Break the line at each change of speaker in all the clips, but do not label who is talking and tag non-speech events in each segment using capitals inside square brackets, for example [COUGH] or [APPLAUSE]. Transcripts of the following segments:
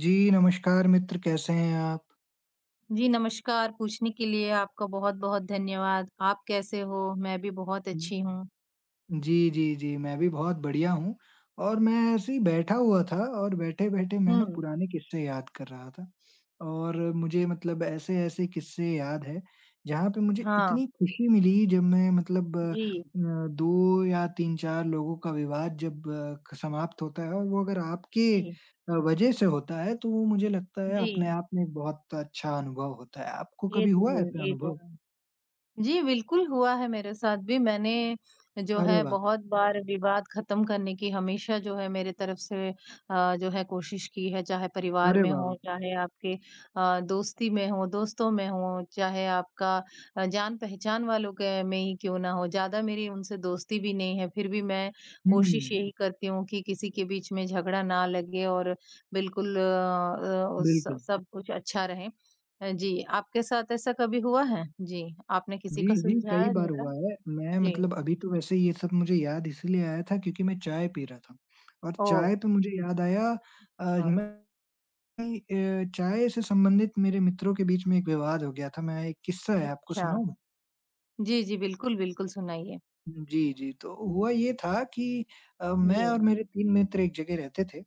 जी, नमस्कार मित्र, कैसे हैं आप?
जी, नमस्कार। पूछने के लिए आपका बहुत-बहुत धन्यवाद। आप कैसे हो? मैं भी बहुत अच्छी हूँ।
जी, जी, जी, मैं भी बहुत बढ़िया हूँ और मैं ऐसे ही बैठा हुआ था और बैठे-बैठे मैं ना
हुँ।
पुराने किस्से याद कर रहा था और मुझे मतलब ऐसे-ऐसे किस्से याद हैं, जहाँ पे मुझे
हाँ।
इतनी खुशी मिली जब मैं मतलब
जी,
2 या 3-4 लोगों का विवाद जब ख समाप्त होता है और वो अगर आपके
जी,
वजह से होता है, तो वो मुझे लगता है
जी।
अपने आप में एक बहुत अच्छा अनुभव होता है। आपको
ये
कभी
तो
हुआ
है,
ऐसा
ये तो
अनुभव?
है। जी, बिल्कुल हुआ है मेरे साथ भी। मैंने जो
अरे
है
वाह!
बहुत बार विवाद ख़त्म करने की हमेशा जो है मेरे तरफ से जो है कोशिश की है, चाहे परिवार
अरे
में
वाह!
हो,
वाह!
चाहे आपके दोस्ती में हो, दोस्तों में हो, चाहे आपका जान-पहचान वालों के में ही क्यों ना हो। ज़्यादा मेरी उनसे दोस्ती भी नहीं है, फिर भी मैं कोशिश
हुँ,
यही करती हूँ कि किसी के बीच में झगड़ा ना लगे और बिल्कुल स
बिल्कुल।
सब कुछ अच्छा रहे। जी, आपके साथ ऐसा कभी हुआ है? जी, आपने किसी
जी,
को
जी, कई
सुलझाया
बार
झगड़ा?
हुआ है। मैं
जी,
मतलब अभी तो वैसे ये सब मुझे याद इसलिए आया था क्योंकि मैं चाय पी रहा था और
ओह!
चाय पे मुझे याद आया।
अच्छा,
मैं चाय से संबंधित मेरे मित्रों के बीच में एक विवाद हो गया था। मैं एक किस्सा है, आपको
अच्छा।
सुनाऊँ?
जी, जी, बिल्कुल, बिल्कुल सुनाइए।
जी, जी। तो हुआ ये था कि
जी,
मैं और मेरे 3 मित्र एक जगह रहते थे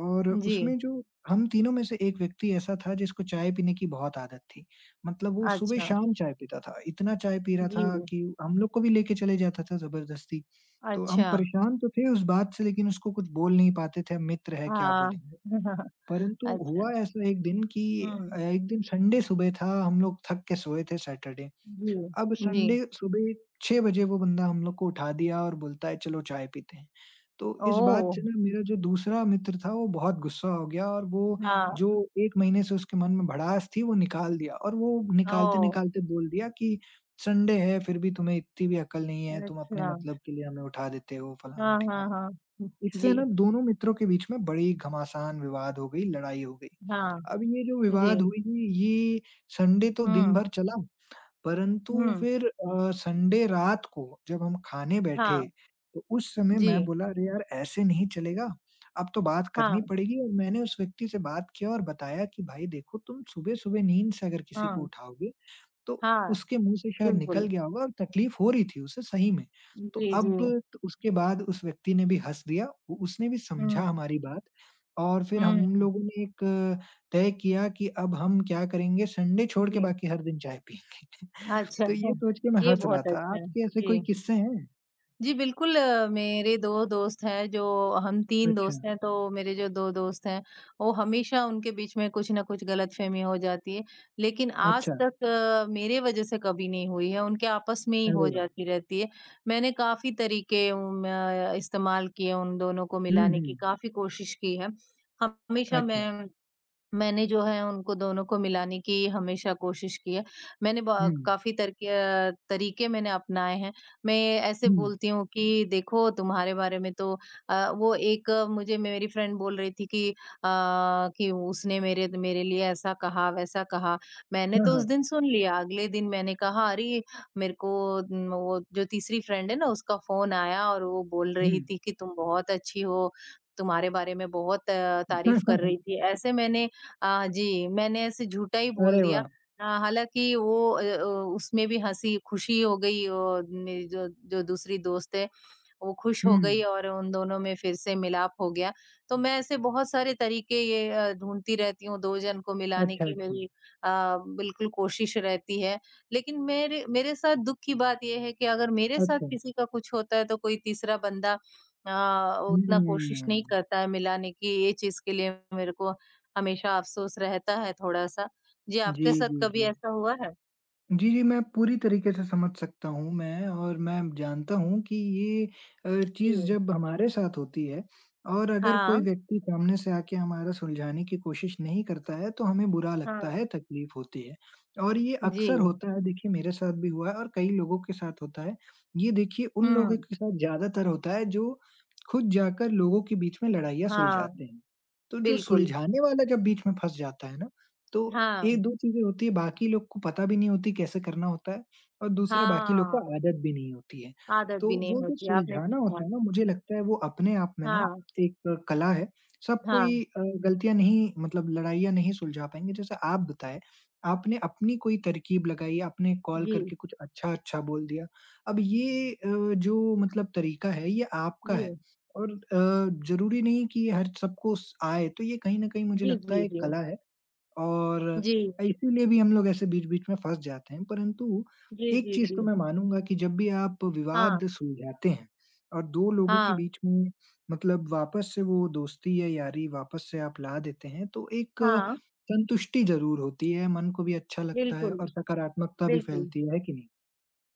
और
जी,
उसमें जो हम तीनों में से एक व्यक्ति ऐसा था जिसको चाय पीने की बहुत आदत थी। मतलब वो
अच्छा,
सुबह-शाम चाय पीता था। इतना चाय पी रहा
जी,
था कि हम लोग को भी लेके चले जाता था ज़बरदस्ती। तो हम
अच्छा,
परेशान तो थे उस बात से लेकिन उसको कुछ बोल नहीं पाते थे, हम मित्र हैं क्या
हाँ।
बोलेंगे।
[LAUGHS]
परंतु
अच्छा,
हुआ ऐसा एक दिन कि
हुँ,
एक दिन संडे सुबह था, हम लोग थक के सोए थे सैटरडे।
जी,
अब
जी,
संडे सुबह 6 बजे वो बंदा हम लोग को उठा दिया और बोलता है चलो चाय पीते हैं। तो इस
ओह!
बात से ना मेरा जो दूसरा मित्र था वो बहुत गुस्सा हो गया और वो
हाँ,
जो 1 महीने से उसके मन में भड़ास थी वो निकाल दिया और वो
ओह!
निकालते-निकालते बोल दिया कि संडे है फिर भी तुम्हें इतनी भी अकल नहीं है, तुम अपने
अच्छा,
मतलब के लिए हमें उठा देते हो
हाँ, हाँ,
फलाना-ढिकाना।
हाँ, हुँ,
इससे
जी,
ना दोनों मित्रों के बीच में बड़ी घमासान विवाद हो गई, लड़ाई हो गई।
हाँ,
अब ये जो
जी,
विवाद हुई ये संडे तो दिन
हुँ,
भर चला परंतु
हुँ,
फिर संडे रात को जब हम खाने
हाँ,
बैठे, तो उस समय
जी,
मैं बोला, "अरे यार! ऐसे नहीं चलेगा, अब तो बात करनी
हाँ,
पड़ेगी" और मैंने उस व्यक्ति से बात किया और बताया कि, "भाई देखो, तुम सुबह-सुबह नींद से अगर किसी को
हाँ,
उठाओगे, तो
हाँ,
उसके मुँह से शायद
बिल्कुल,
निकल गया होगा और तकलीफ हो रही थी उसे सही में।" तो
जी, जी।
अब त उसके बाद उस व्यक्ति ने भी हँस दिया, उ उसने भी समझा
हुँ।
हमारी बात और फिर
हुँ।
हम लोगों ने एक तय किया कि अब हम क्या करेंगे, संडे छोड़ के
जी।
बाकी हर दिन चाय पिएँ।
अच्छा।
तो ये
[LAUGHS]
सोच के मैं
ये
हँस रहा
बहुत
था,
अच्छा है।
आपके ऐसे
जी।
कोई किस्से हैं?
जी, बिल्कुल मेरे 2 दोस्त हैं जो हम 3
अच्छा,
दोस्त हैं, तो मेरे जो 2 दोस्त हैं, वो हमेशा उनके बीच में कुछ न कुछ गलतफ़हमी हो जाती है। लेकिन आज
अच्छा,
तक मेरे वज़ह से कभी नहीं हुई है, उनके आपस में ही हो
अरे वाह!
जाती रहती है। मैंने काफ़ी तरीके इस्तेमाल किए उन दोनों को
हुँ,
मिलाने की
हुँ,
काफ़ी कोशिश की है। हमेशा
अच्छा,
मैं मैंने जो है उनको दोनों को मिलाने की हमेशा कोशिश की है। मैंने ब
हुँ,
काफ़ी तरीके मैंने अपनाए हैं। मैं ऐसे
हुँ,
बोलती हूँ कि देखो तुम्हारे बारे में तो वो एक मुझे मेरी फ्रेंड बोल रही थी कि कि उसने मेरे मेरे लिए ऐसा कहा, वैसा कहा। मैंने
हाँ,
तो उस
हाँ,
दिन सुन लिया, अगले दिन मैंने कहा अरे! मेरे को वो जो तीसरी फ्रेंड है ना उसका फ़ोन आया और वो बोल
हुँ,
रही थी कि तुम बहुत अच्छी हो, तुम्हारे बारे में बहुत तारीफ़ कर रही
[LAUGHS]
थी। ऐसे मैंने जी, मैंने ऐसे झूठा ही बोल
अरे
दिया।
वाह!
हालाँकि उसमें भी हँसी खुशी हो गई और मेरी जो जो दूसरी दोस्त है वो खुश हो गई
हुँ,
और उन दोनों में फिर से मिलाप हो गया। तो मैं ऐसे बहुत सारे तरीके ढूँढती रहती हूँ, 2 जन को मिलाने
अच्छा,
की
अच्छा,
मेरी अ, बिल्कुल कोशिश रहती है। लेकिन मेरे मेरे साथ दुःख की बात ये है कि अगर मेरे साथ
अच्छा,
किसी का कुछ होता है तो कोई तीसरा बंदा उतना कोशिश नहीं
हुँ,
करता है मिलाने की, ये चीज़ के लिए मेरे को हमेशा अफ़सोस रहता है थोड़ा-सा। जी,
जी,
आपके साथ
जी,
कभी
जी।
ऐसा हुआ है?
जी, जी, मैं पूरी तरीके से समझ सकता हूँ मैं और मैं जानता हूँ कि ये
जी।
चीज़ जब हमारे साथ होती है और अगर
हाँ,
कोई व्यक्ति सामने से आके हमारा सुलझाने की कोशिश नहीं करता है, तो हमें बुरा
हाँ।
लगता है, तकलीफ होती है। और ये
जी।
अक्सर होता है, देखिए मेरे साथ भी हुआ है और कई लोगों के साथ होता है। ये देखिए उन लोगों
हुँ।
के साथ ज़्यादातर होता है जो खुद जाकर लोगों के बीच में लड़ाइयाँ
हाँ,
सुलझाते हैं। तो जो
बिल्कुल।
सुलझाने वाला जब बीच में फँस जाता है ना, तो
हाँ,
ये 2 चीज़ें होती है, बाकी लोग को पता भी नहीं होती कैसे करना होता है और दूसरा बाकी लोग को
हाँ,
आदत भी नहीं होती है।
आदत
तो
भी नहीं
वो जो
होती, आपने
सुलझाना
ठीक कहा।
होता है ना, मुझे लगता है वो अपने आप में ना
हाँ,
एक कला है। सब
हाँ,
कोई गलतियाँ नहीं मतलब लड़ाइयाँ नहीं सुलझा पाएँगे। जैसे आप बताए, आपने अपनी कोई तरकीब लगाई, आपने कॉल
जी,
करके कुछ अच्छा-अच्छा बोल दिया। अब ये जो मतलब तरीका है ये आपका है
जी,
और ज़रूरी नहीं कि ये हर सबको स आए, तो ये कहीं न कहीं मुझे
जी,
लगता
जी,
है एक
जी,
कला है। और
जी,
इसीलिए भी हम लोग ऐसे बीच-बीच में फँस जाते हैं, परंतु
जी,
एक
जी,
चीज़
जी,
तो मैं मानूँगा कि जब भी आप
हाँ,
विवाद सुलझाते हैं और 2 लोगों के
हाँ,
बीच में मतलब वापस से वो दोस्ती या यारी वापस से आप ला देते हैं, तो एक
हाँ,
संतुष्टि ज़रूर होती है, मन को भी अच्छा लगता है
बिल्कुल,
और सकारात्मकता भी
बिल्कुल।
फैलती है कि नहीं?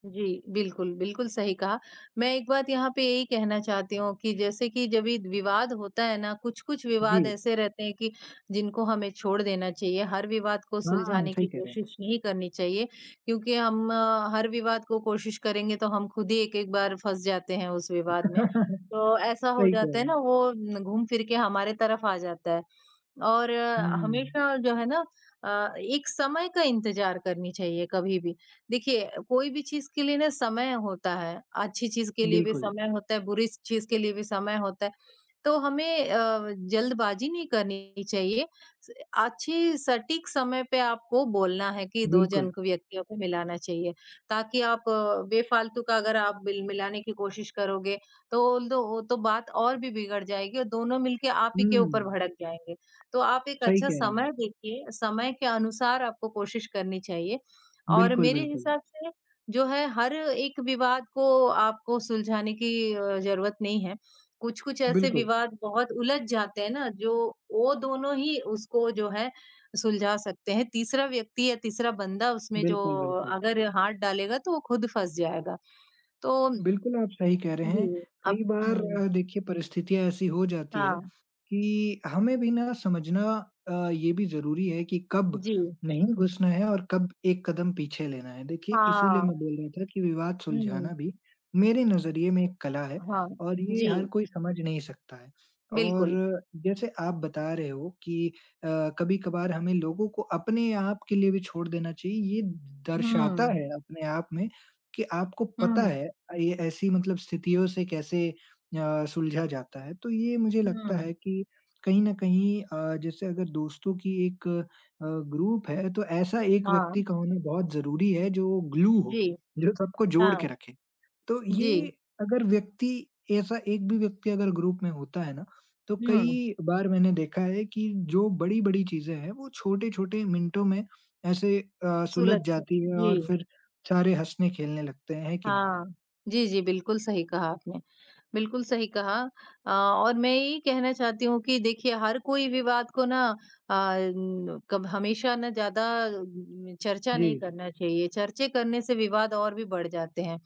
जी, बिल्कुल, बिल्कुल सही कहा। मैं एक बात यहाँ पे यही कहना चाहती हूँ कि जैसे कि जब ये विवाद होता है ना, कुछ-कुछ
जी।
विवाद ऐसे रहते हैं कि जिनको हमें छोड़ देना चाहिए। हर विवाद को
हाँ,
सुलझाने की
सही कह रहे हैं।
कोशिश नहीं करनी चाहिए क्योंकि हर विवाद को कोशिश करेंगे तो हम खुद ही एक-एक बार फँस जाते हैं उस
[LAUGHS]
विवाद में।
सही
तो ऐसा हो
कह
जाता
रहे
है
हैं।
ना वो न घूम फिर के हमारे तरफ आ जाता है। और
हुँ,
हमेशा जो है ना एक समय का इंतजार करनी चाहिए कभी भी। देखिए, कोई भी चीज़ के लिए ना समय होता है, अच्छी चीज़ के लिए भी जी।
बिल्कुल,
समय होता है, बुरी स चीज़ के लिए भी समय होता है। तो हमें जल्दबाज़ी नहीं करनी चाहिए। स अच्छी सटीक समय पे आपको बोलना है कि 2
बिल्कुल।
जन को व्यक्तियों को मिलाना चाहिए, ताकि आप बेफ़ालतू का अगर आप बिल मिलाने की कोशिश करोगे, तो दो वो तो बात और भी बिगड़ जाएगी और दोनों मिलके आप ही के
हुँ,
ऊपर भड़क जाएँगे। तो आप एक
सही
अच्छा
कह रहे हैं आप।
समय देखिए, समय के अनुसार आपको कोशिश करनी चाहिए और
बिल्कुल,
मेरे
बिल्कुल।
हिसाब से जो है हर एक विवाद को आपको सुलझाने की ज़रूरत नहीं है। कुछ-कुछ ऐसे
बिल्कुल,
विवाद बहुत उलझ जाते हैं ना, जो वो दोनों ही उसको जो है सुलझा सकते हैं। तीसरा व्यक्ति या तीसरा बंदा उसमें जो
बिल्कुल, बिल्कुल।
अगर हाथ डालेगा तो वो खुद फँस जाएगा। तो
बिल्कुल, आप सही कह रहे
जी,
हैं।
अब
कई बार
हुँ,
देखिए परिस्थितियाँ ऐसी हो जाती है
हाँ,
कि हमें भी ना समझना ये भी ज़रूरी है कि कब
जी,
नहीं घुसना है और कब एक कदम पीछे लेना है। देखिए इसीलिए मैं
हाँ,
बोल रहा था कि विवाद
हुँ,
सुलझाना भी मेरे नज़रिए में एक कला है
हाँ,
और ये हर
जी,
कोई समझ नहीं सकता है। और
बिल्कुल।
जैसे आप बता रहे हो कि अ, कभी-कभार हमें लोगों को अपने आप के लिए भी छोड़ देना चाहिए। ये दर्शाता
हुँ,
है अपने आप में कि आपको पता
हुँ,
है ये ऐसी मतलब स्थितियों से कैसे सुलझा जाता है। तो ये मुझे लगता
हुँ,
है कि कहीं न कहीं जैसे अगर दोस्तों की एक ग्रुप है तो ऐसा एक
हाँ,
व्यक्ति का होना बहुत ज़रूरी है जो ग्लू हो,
जी,
जो सबको जोड़ के
हाँ,
रखे। तो
जी,
ये अगर व्यक्ति ऐसा एक भी व्यक्ति अगर ग्रुप में होता है ना, तो
हुँ,
कई बार मैंने देखा है कि जो बड़ी-बड़ी चीज़ें हैं वो छोटे-छोटे मिनटों में ऐसे सुलझ
सुलझ
जाती है
जी,
और फिर सारे हँसने-खेलने लगते हैं, है कि नहीं?
हाँ। जी, जी, बिल्कुल सही कहा आपने। बिल्कुल सही कहा और मैं यही कहना चाहती हूँ कि देखिए हर कोई विवाद को ना अ, न- कब हमेशा चर्चा
जी।
नहीं करना चाहिए चर्चे करने से विवाद और भी बढ़ जाते हैं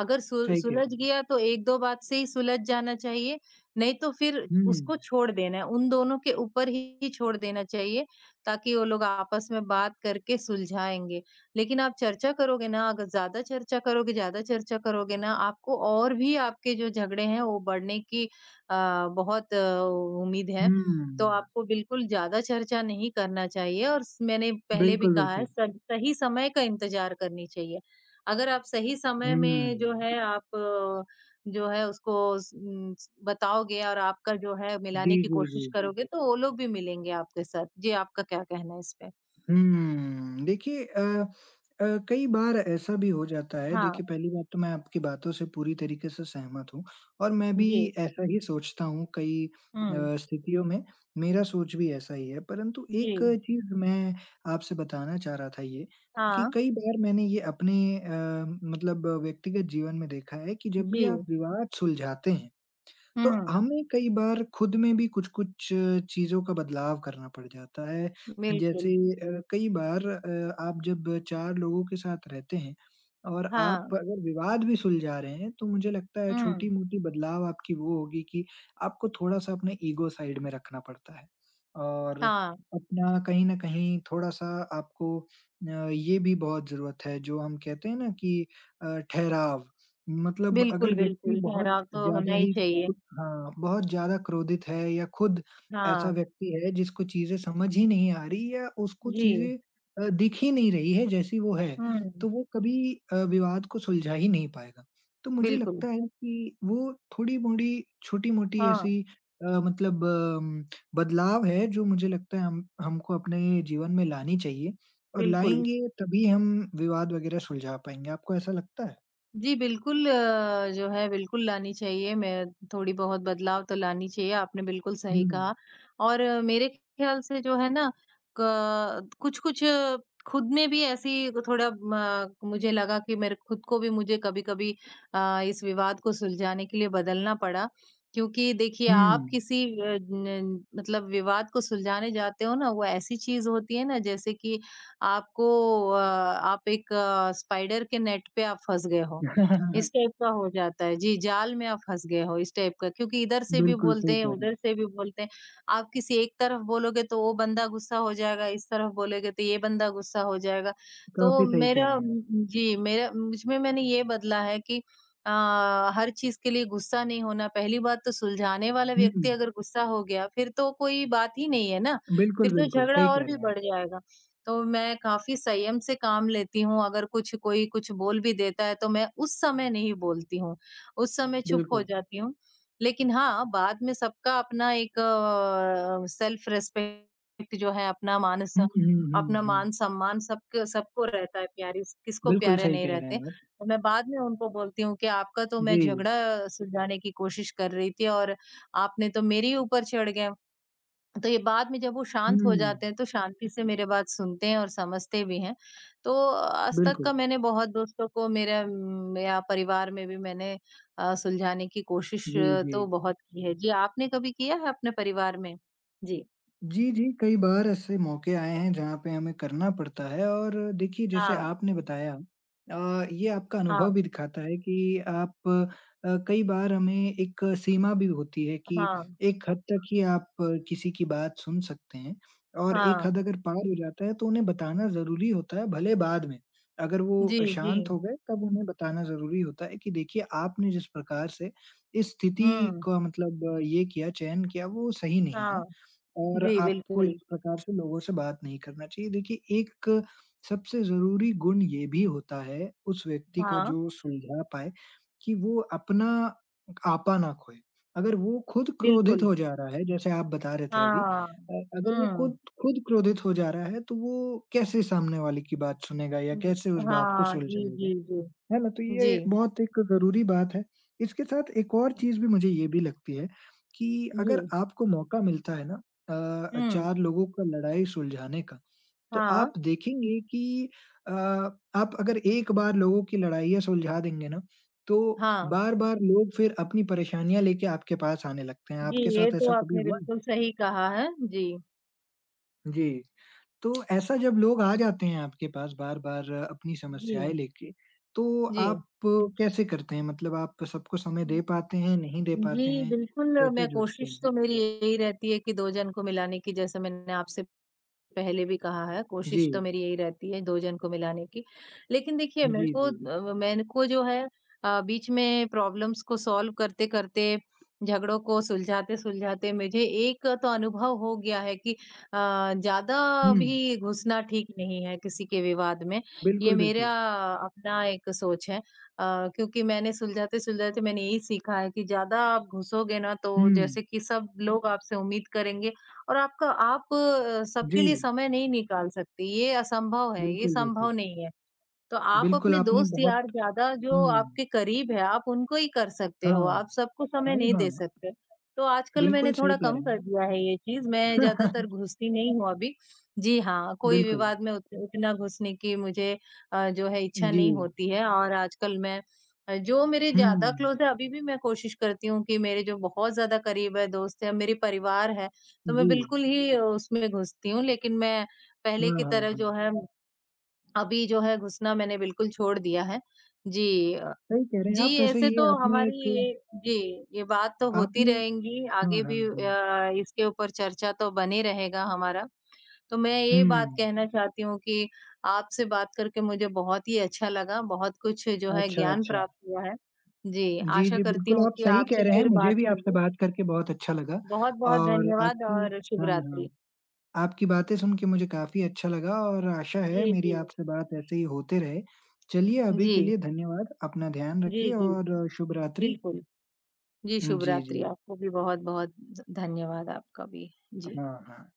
अगर
सही कह
सुलझ
रहे हैं।
गया तो 1-2 बात से ही सुलझ जाना चाहिए, नहीं तो फिर
हुँ,
उसको छोड़ देना है, उन दोनों के ऊपर ही छोड़ देना चाहिए, ताकि वो लोग आपस में बात करके सुलझाएँगे। लेकिन आप चर्चा करोगे ना, अगर ज़्यादा चर्चा करोगे ना, आपको और भी आपके जो झगड़े हैं वो बढ़ने की बहुत अ, उम्मीद है। तो
हुँ।
आपको बिल्कुल ज़्यादा चर्चा नहीं करना चाहिए और स मैंने पहले भी
बिल्कुल,
कहा है,
बिल्कुल।
सही सही समय का इंतज़ार करनी चाहिए। अगर आप सही समय
हुँ।
में जो है जो है उसको स उम, स बताओगे और आपका जो है
जी,
मिलाने की
जी, जी।
कोशिश करोगे तो वो लोग भी मिलेंगे आपके साथ। जी, आपका क्या कहना है इस पे?
हुँ। देखिए कई बार ऐसा भी हो जाता है
हाँ,
देखिए पहली बात तो मैं आपकी बातों से पूरी तरीके से सहमत हूँ और मैं भी
जी।
ऐसा ही सोचता हूँ कई
हुँ,
स्थितियों में मेरा सोच भी ऐसा ही है। परंतु
जी।
एक चीज़ मैं आपसे बताना चाह रहा था ये कि
हाँ,
कई बार मैंने ये अपने मतलब व्यक्तिगत जीवन में देखा है कि जब
जी।
भी आप विवाद सुलझाते हैं तो
हुँ,
हमें कई बार खुद में भी कुछ-कुछ चीज़ों का बदलाव करना पड़ जाता है।
बिल्कुल।
जैसे कई बार आप जब 4 लोगों के साथ रहते हैं और आप
हाँ,
अगर विवाद भी सुलझा रहे हैं, तो मुझे लगता है
हुँ,
छोटी-मोटी बदलाव आपकी वो होगी कि आपको थोड़ा-सा अपने ईगो साइड में रखना पड़ता है। और
हाँ।
अपना कहीं न कहीं थोड़ा-सा आपको ये भी बहुत ज़रूरत है जो हम कहते हैं ना कि ठहराव मतलब
बिल्कुल,
अगर व्यक्ति
बिल्कुल,
बहुत
ठहराव तो होना
ज़्यादा
ही
ही
चाहिए।
खुद हाँ, बहुत ज़्यादा क्रोधित है या खुद ऐसा
हाँ,
व्यक्ति है जिसको चीज़ें समझ ही नहीं आ रही या उसको
जी।
चीज़ें दिख ही नहीं रही है जैसी वो है,
हुँ,
तो वो कभी विवाद को सुलझा ही नहीं पाएगा। तो मुझे
बिल्कुल।
लगता है कि वो थोड़ी-मोड़ी, छोटी-मोटी
हाँ,
ऐसी मतलब बदलाव है जो मुझे लगता है हम हमको अपने जीवन में लानी चाहिए और
बिल्कुल।
लाएँगे तभी हम विवाद वगैरह सुलझा पाएँगे। आपको ऐसा लगता है?
जी, बिल्कुल जो है बिल्कुल लानी चाहिए। मैं थोड़ी बहुत बदलाव तो लानी चाहिए, आपने बिल्कुल
हुँ,
सही कहा। और मेरे ख़्याल से जो है ना क कुछ-कुछ खुद में भी ऐसी थोड़ा म मुझे लगा कि मेरे खुद को भी मुझे कभी-कभी इस विवाद को सुलझाने के लिए बदलना पड़ा। क्योंकि देखिए आप
हुँ।
किसी अ, न मतलब विवाद को सुलझाने जाते हो ना, वो ऐसी चीज़ होती है ना जैसे कि आपको आप स्पाइडर के नेट पे आप फँस गए हो। इस
[LAUGHS]
टाइप का हो जाता है। जी, जाल में आप फँस गए हो इस टाइप का क्योंकि इधर से भी
बिल्कुल,
बोलते
सही
हैं,
कह रहे
उधर
हैं।
से भी बोलते हैं। आप किसी एक तरफ बोलोगे तो वो बंदा गुस्सा हो जाएगा, इस तरफ बोलोगे तो ये बंदा गुस्सा हो जाएगा। तो
काफ़ी सही कह रहे हैं आप।
जी, मेरा मुझमें मैंने ये बदला है कि अ, हर चीज़ के लिए गुस्सा नहीं होना। पहली बात तो सुलझाने वाला
हुँ,
व्यक्ति अगर गुस्सा हो गया, फिर तो कोई बात ही नहीं है ना,
बिल्कुल,
फिर तो
बिल्कुल
झगड़ा
सही
और
कह
भी
रहे हैं आप।
बढ़ जाएगा। तो मैं काफ़ी संयम से काम लेती हूँ, अगर कुछ कोई कुछ बोल भी देता है तो मैं उस समय नहीं बोलती हूँ, उस समय चुप हो
बिल्कुल।
जाती हूँ। लेकिन हाँ, बाद में सबका अपना एक सेल्फ रिस्पेक्ट जो है
हुँ, हुँ, हुँ,
अपना
हुँ।
मान-सम्मान सबके सबको रहता है प्यारी किसको
बिल्कुल
प्यारे
सही
नहीं
कह रहे
रहते।
हैं आप।
तो मैं बाद में उनको बोलती हूँ कि आपका तो मैं
जी।
झगड़ा सुलझाने की कोशिश कर रही थी और आपने तो मेरे ही ऊपर चढ़ गए। तो ये बाद में जब वो शांत हो
हुँ,
जाते हैं, तो शांति से मेरे बात सुनते हैं और समझते भी हैं। तो आज तक
बिल्कुल।
का मैंने बहुत दोस्तों को या परिवार में भी मैंने सुलझाने की
जी, जी।
तो बहुत की है। जी, आपने कभी किया है अपने परिवार में? जी।
जी, जी, कई बार ऐसे मौके आए हैं जहाँ पे हमें करना पड़ता है और देखिए जैसे
हाँ,
आपने बताया ये आपका
हाँ,
अनुभव भी दिखाता है कि आप कई बार हमें एक सीमा भी होती है कि
हाँ,
एक हद तक ही आप किसी की बात सुन सकते हैं और एक
हाँ।
हद अगर पार हो जाता है तो उन्हें बताना ज़रूरी होता है भले बाद में। अगर वो
जी, जी।
शांत हो गए तब उन्हें बताना ज़रूरी होता है कि देखिए आपने जिस प्रकार से इस स्थिति
हुँ,
का मतलब ये किया, चयन किया वो सही नहीं है।
हाँ।
और
जी,
आपको इस
बिल्कुल।
प्रकार से लोगों से बात नहीं करना चाहिए। देखिए, एक सबसे ज़रूरी गुण ये भी होता है उस व्यक्ति का
हाँ,
जो सुलझा पाए कि वो अपना आपा ना खोए। अगर वो खुद क्रोधित
बिल्कुल।
हो जा रहा है, जैसे आप बता रहे थे अभी
हाँ।
अगर वो
हुँ।
खुद खुद क्रोधित हो जा रहा है, तो वो कैसे सामने वाले की बात सुनेगा या
जी,
कैसे उस बात को
हाँ। जी,
सुलझाएगा?
जी, जी।
है ना? तो
जी।
ये बहुत एक ज़रूरी बात है। इसके साथ एक और चीज़ भी मुझे ये भी लगती है कि
जी।
अगर आपको मौका मिलता है ना
हुँ,
4 लोगों का लड़ाई सुलझाने का, तो
हाँ।
आप देखेंगे कि आप अगर एक बार लोगों की लड़ाइयाँ सुलझा देंगे ना, तो
हाँ,
बार-बार लोग फिर अपनी परेशानियाँ लेके आपके पास आने लगते हैं।
जी,
आपके
ये
साथ
तो
ऐसा कभी
आपने
हुआ है?
बिल्कुल सही कहा है। जी,
जी। तो ऐसा जब लोग आ जाते हैं आपके पास बार-बार अपनी
जी,
समस्याएँ लेके, तो
जी।
आप कैसे करते हैं? मतलब आप सबको समय दे पाते हैं, नहीं दे
जी,
पाते हैं?
बिल्कुल मैं
कैसे जूझते
कोशिश तो
हैं?
मेरी यही रहती है कि 2 जन को मिलाने की जैसे मैंने आपसे पहले भी कहा है,
जी,
कोशिश तो मेरी यही रहती है 2 जन को मिलाने की। लेकिन देखिए
जी, जी।
मेरे को जो है बीच में प्रॉब्लम्स को सॉल्व करते-करते, झगड़ों को सुलझाते-सुलझाते मुझे एक तो अनुभव हो गया है कि ज़्यादा
हुँ,
भी घुसना ठीक नहीं है किसी के विवाद में। ये
बिल्कुल, बिल्कुल।
मेरा अपना एक सोच है। क्योंकि मैंने सुलझाते-सुलझाते मैंने यही सीखा है कि ज़्यादा आप घुसोगे ना तो
हुँ,
जैसे कि सब लोग आपसे उम्मीद करेंगे और आपका आप
जी,
सबके लिए समय नहीं निकाल सकते, ये असंभव है, ये
बिल्कुल, बिल्कुल।
संभव नहीं है। तो आप
बिल्कुल,
अपने
आपने
दोस्त
बहुत
यार ज़्यादा जो
हुँ,
आपके करीब है, आप उनको ही कर सकते
हाँ,
हो, आप सबको समय
हाँ,
नहीं दे
हाँ।
सकते। तो आजकल मैंने
बिल्कुल सही
थोड़ा
कह
कम
रहे हैं
कर
आप।
दिया है ये चीज़, मैं ज़्यादातर
[LAUGHS]
घुसती नहीं हूँ अभी। जी हाँ, कोई
बिल्कुल,
विवाद में उत उतना घुसने की मुझे जो है इच्छा
जी।
नहीं होती है और आजकल मैं जो मेरे
हुँ,
ज़्यादा क्लोज़ है अभी भी मैं कोशिश करती हूँ कि मेरे जो बहुत ज़्यादा करीब है दोस्त है, मेरे परिवार है, तो मैं
जी।
बिल्कुल ही उसमें घुसती हूँ। लेकिन मैं पहले
हाँ,
की
हाँ,
तरह जो
हाँ।
है अभी जो है घुसना मैंने बिल्कुल छोड़ दिया है। जी अ,
सही कह रहे हैं
जी,
आप। वैसे
ऐसे
ये
तो
आपने
हमारी
एक
ये जी, ये बात तो होती
आपने
रहेंगी,
हाँ,
आगे
हाँ,
भी
हाँ।
इसके ऊपर चर्चा तो बने रहेगा हमारा। तो मैं ये बात
हुँ।
कहना चाहती हूँ कि आपसे बात करके मुझे बहुत ही अच्छा लगा, बहुत कुछ जो है
अच्छा,
ज्ञान
अच्छा।
प्राप्त हुआ है। जी,
जी,
आशा
जी,
करती
बिल्कुल
हूँ
आप
कि
सही कह
आपसे
रहे हैं,
फिर बात
मुझे भी आपसे
होगी।
बात करके बहुत अच्छा लगा
बहुत-बहुत
और
धन्यवाद
आपकी
और शुभ
हाँ,
रात्रि।
हाँ। आपकी बातें सुन के मुझे काफ़ी अच्छा लगा और आशा है
जी,
मेरी
जी।
आपसे बात ऐसे ही होते रहे। चलिए अभी
जी,
के लिए धन्यवाद, अपना ध्यान
जी,
रखिए
जी,
और शुभ रात्रि।
बिल्कुल। जी, शुभ
जी, जी।
रात्रि। आपको भी बहुत-बहुत ध धन्यवाद आपका भी। जी।
हाँ, हाँ।